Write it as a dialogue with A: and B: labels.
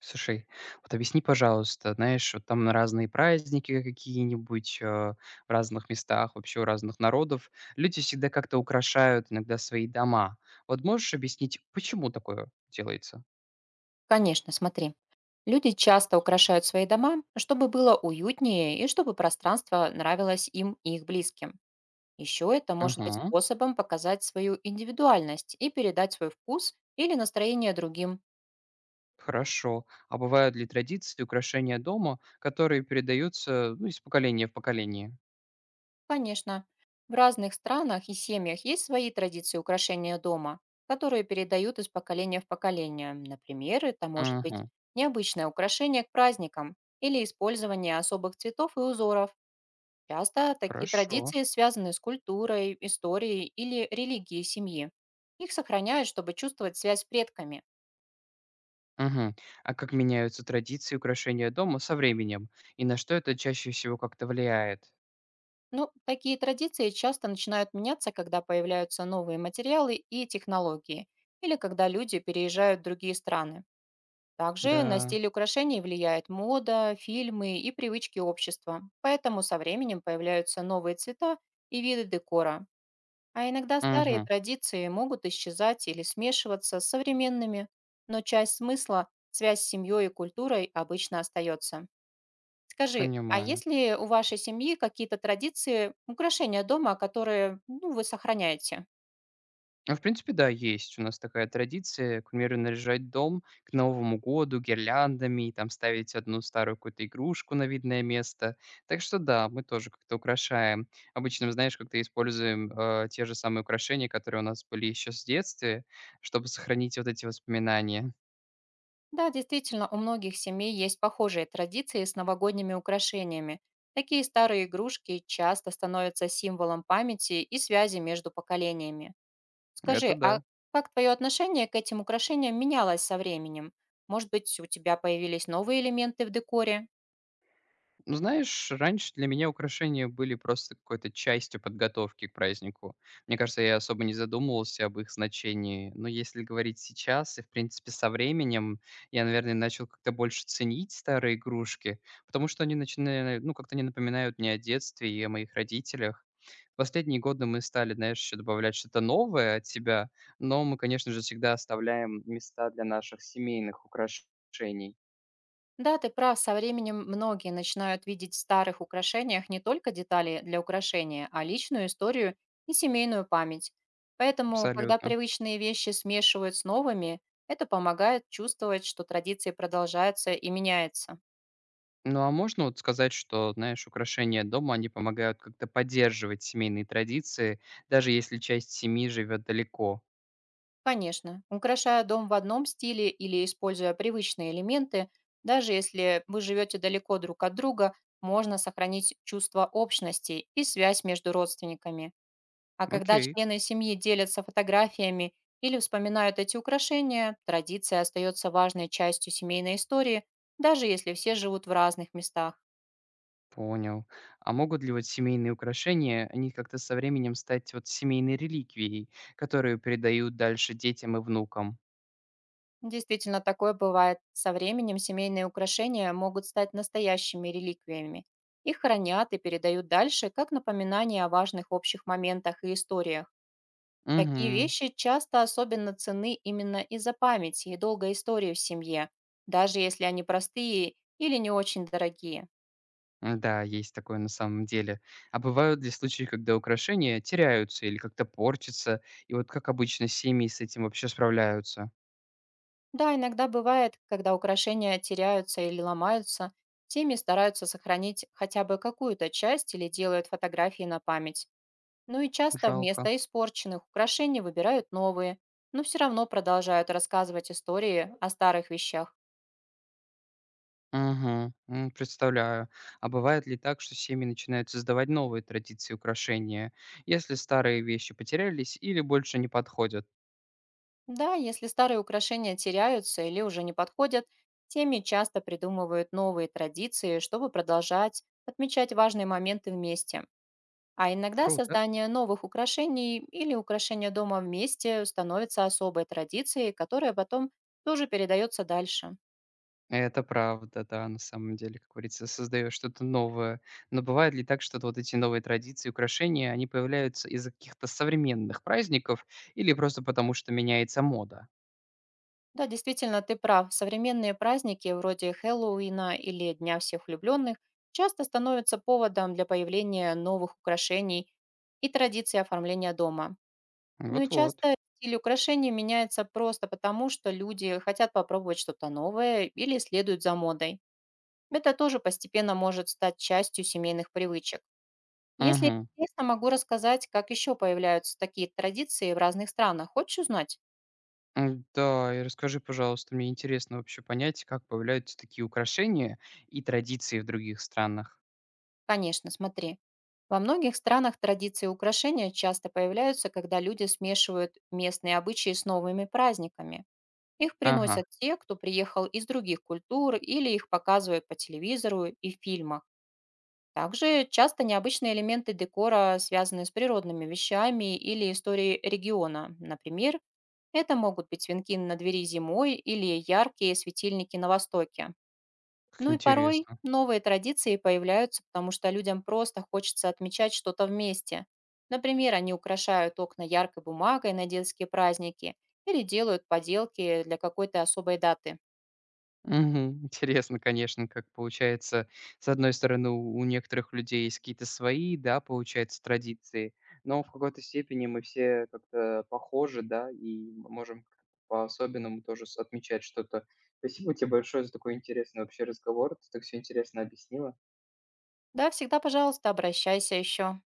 A: Слушай, вот объясни, пожалуйста, знаешь, вот там на разные праздники какие-нибудь, в разных местах, вообще у разных народов люди всегда как-то украшают иногда свои дома. Вот можешь объяснить, почему такое делается?
B: Конечно, смотри. Люди часто украшают свои дома, чтобы было уютнее и чтобы пространство нравилось им и их близким. Еще это может быть
A: Мгм.
B: способом показать свою индивидуальность и передать свой вкус или настроение другим.
A: Хорошо. А бывают ли традиции украшения дома, которые передаются, ну, из поколения в поколение?
B: Конечно, в разных странах и семьях есть свои традиции украшения дома, которые передают из поколения в поколение. Например, это может быть
A: Мгм.
B: необычное украшение к праздникам или использование особых цветов и узоров. Часто такие
A: Хорошо.
B: традиции связаны с культурой, историей или религией семьи. Их сохраняют, чтобы чувствовать связь с предками.
A: Мгм. А как меняются традиции украшения дома со временем? И на что это чаще всего как-то влияет?
B: Но такие традиции часто начинают меняться, когда появляются новые материалы и технологии, или когда люди переезжают в другие страны. Также на
A: Да.
B: стиль украшений влияет мода, фильмы и привычки общества. Поэтому со временем появляются новые цвета и виды декора, а иногда старые
A: Мгм.
B: традиции могут исчезать или смешиваться с современными, но часть смысла, связь с семьей и культурой обычно остается. Скажи, а
A: Понимаю.
B: есть ли у вашей семьи какие-то традиции, украшения дома, которые, вы сохраняете?
A: Ну, в принципе, да, есть у нас такая традиция, к примеру, наряжать дом к Новому году гирляндами, и там ставить одну старую какую-то игрушку на видное место. Так что да, мы тоже как-то украшаем. Обычно, знаешь, как-то используем те же самые украшения, которые у нас были еще с детства, чтобы сохранить вот эти воспоминания.
B: Да, действительно, у многих семей есть похожие традиции с новогодними украшениями. Такие старые игрушки часто становятся символом памяти и связи между поколениями. Скажи,
A: Это
B: а
A: да.
B: как твое отношение к этим украшениям менялось со временем? Может быть, у тебя появились новые элементы в декоре?
A: Ну, знаешь, раньше для меня украшения были просто какой-то частью подготовки к празднику. Мне кажется, я особо не задумывался об их значении. Но если говорить сейчас, и, в принципе, со временем, я, наверное, начал как-то больше ценить старые игрушки, потому что они начинают, ну, как-то не напоминают мне о детстве и о моих родителях. В последние годы мы стали, знаешь, еще добавлять что-то новое от себя, но мы, конечно же, всегда оставляем места для наших семейных украшений.
B: Да, ты прав, со временем многие начинают видеть в старых украшениях не только детали для украшения, а личную историю и семейную память. Поэтому, когда
A: Абсолютно.
B: привычные вещи смешивают с новыми, это помогает чувствовать, что традиции продолжаются и меняются.
A: Ну, а можно вот сказать, что, знаешь, украшения дома, они помогают как-то поддерживать семейные традиции, даже если часть семьи живет далеко?
B: Конечно, украшая дом в одном стиле или используя привычные элементы, даже если вы живете далеко друг от друга, можно сохранить чувство общности и связь между родственниками. А когда
A: Окей,
B: члены семьи делятся фотографиями или вспоминают эти украшения, традиция остается важной частью семейной истории, даже если все живут в разных местах.
A: понял. А могут ли вот семейные украшения, они как-то со временем стать вот семейной реликвией, которую передают дальше детям и внукам?
B: Действительно, такое бывает. Со временем семейные украшения могут стать настоящими реликвиями. Их хранят и передают дальше, как напоминание о важных общих моментах и историях. Такие
A: Угу.
B: вещи часто особенно ценны именно из-за памяти и долгой истории в семье, даже если они простые или не очень дорогие.
A: Да, есть такое на самом деле. А бывают ли случаи, когда украшения теряются или как-то портятся, и вот как обычно семьи с этим вообще справляются?
B: Да, иногда бывает, когда украшения теряются или ломаются, теми стараются сохранить хотя бы какую-то часть или делают фотографии на память. Ну и часто
A: Жалко.
B: вместо испорченных украшений выбирают новые, но все равно продолжают рассказывать истории о старых вещах.
A: Мгм. М, представляю. А бывает ли так, что семьи начинают создавать новые традиции и украшения, если старые вещи потерялись или больше не подходят?
B: Да, если старые украшения теряются или уже не подходят, теми часто придумывают новые традиции, чтобы продолжать отмечать важные моменты вместе. А иногда
A: Круто.
B: создание новых украшений или украшения дома вместе становится особой традицией, которая потом тоже передается дальше.
A: Это правда, да, на самом деле, как говорится, создаешь что-то новое. Но бывает ли так, что вот эти новые традиции, украшения, они появляются из-за каких-то современных праздников или просто потому, что меняется мода?
B: Да, действительно, ты прав. Современные праздники вроде Хэллоуина или Дня всех влюбленных часто становятся поводом для появления новых украшений и традиций оформления дома. Ну и
A: Вот-вот.
B: часто стиль украшений меняется просто потому, что люди хотят попробовать что-то новое или следуют за модой. Это тоже постепенно может стать частью семейных привычек. Если
A: Мгм.
B: интересно, могу рассказать, как еще появляются такие традиции в разных странах. Хочешь узнать?
A: М, да, и расскажи, пожалуйста, мне интересно вообще понять, как появляются такие украшения и традиции в других странах.
B: Конечно, смотри. Во многих странах традиции и украшения часто появляются, когда люди смешивают местные обычаи с новыми праздниками. Их
A: Ага,
B: приносят те, кто приехал из других культур, или их показывают по телевизору и в фильмах. Также часто необычные элементы декора связаны с природными вещами или историей региона. Например, это могут быть венки на двери зимой или яркие светильники на востоке.
A: как
B: Ну и порой
A: интересно.
B: новые традиции появляются, потому что людям просто хочется отмечать что-то вместе. Например, они украшают окна яркой бумагой на детские праздники или делают поделки для какой-то особой даты.
A: Мгм, интересно, конечно, как получается, с одной стороны, у некоторых людей есть какие-то свои, да, получается, традиции, но в какой-то степени мы все как-то похожи, да, и м- можем как-то по-особенному тоже с- отмечать что-то. Спасибо тебе большое за такой интересный вообще разговор, ты так все интересно объяснила.
B: Да, всегда, пожалуйста, обращайся еще.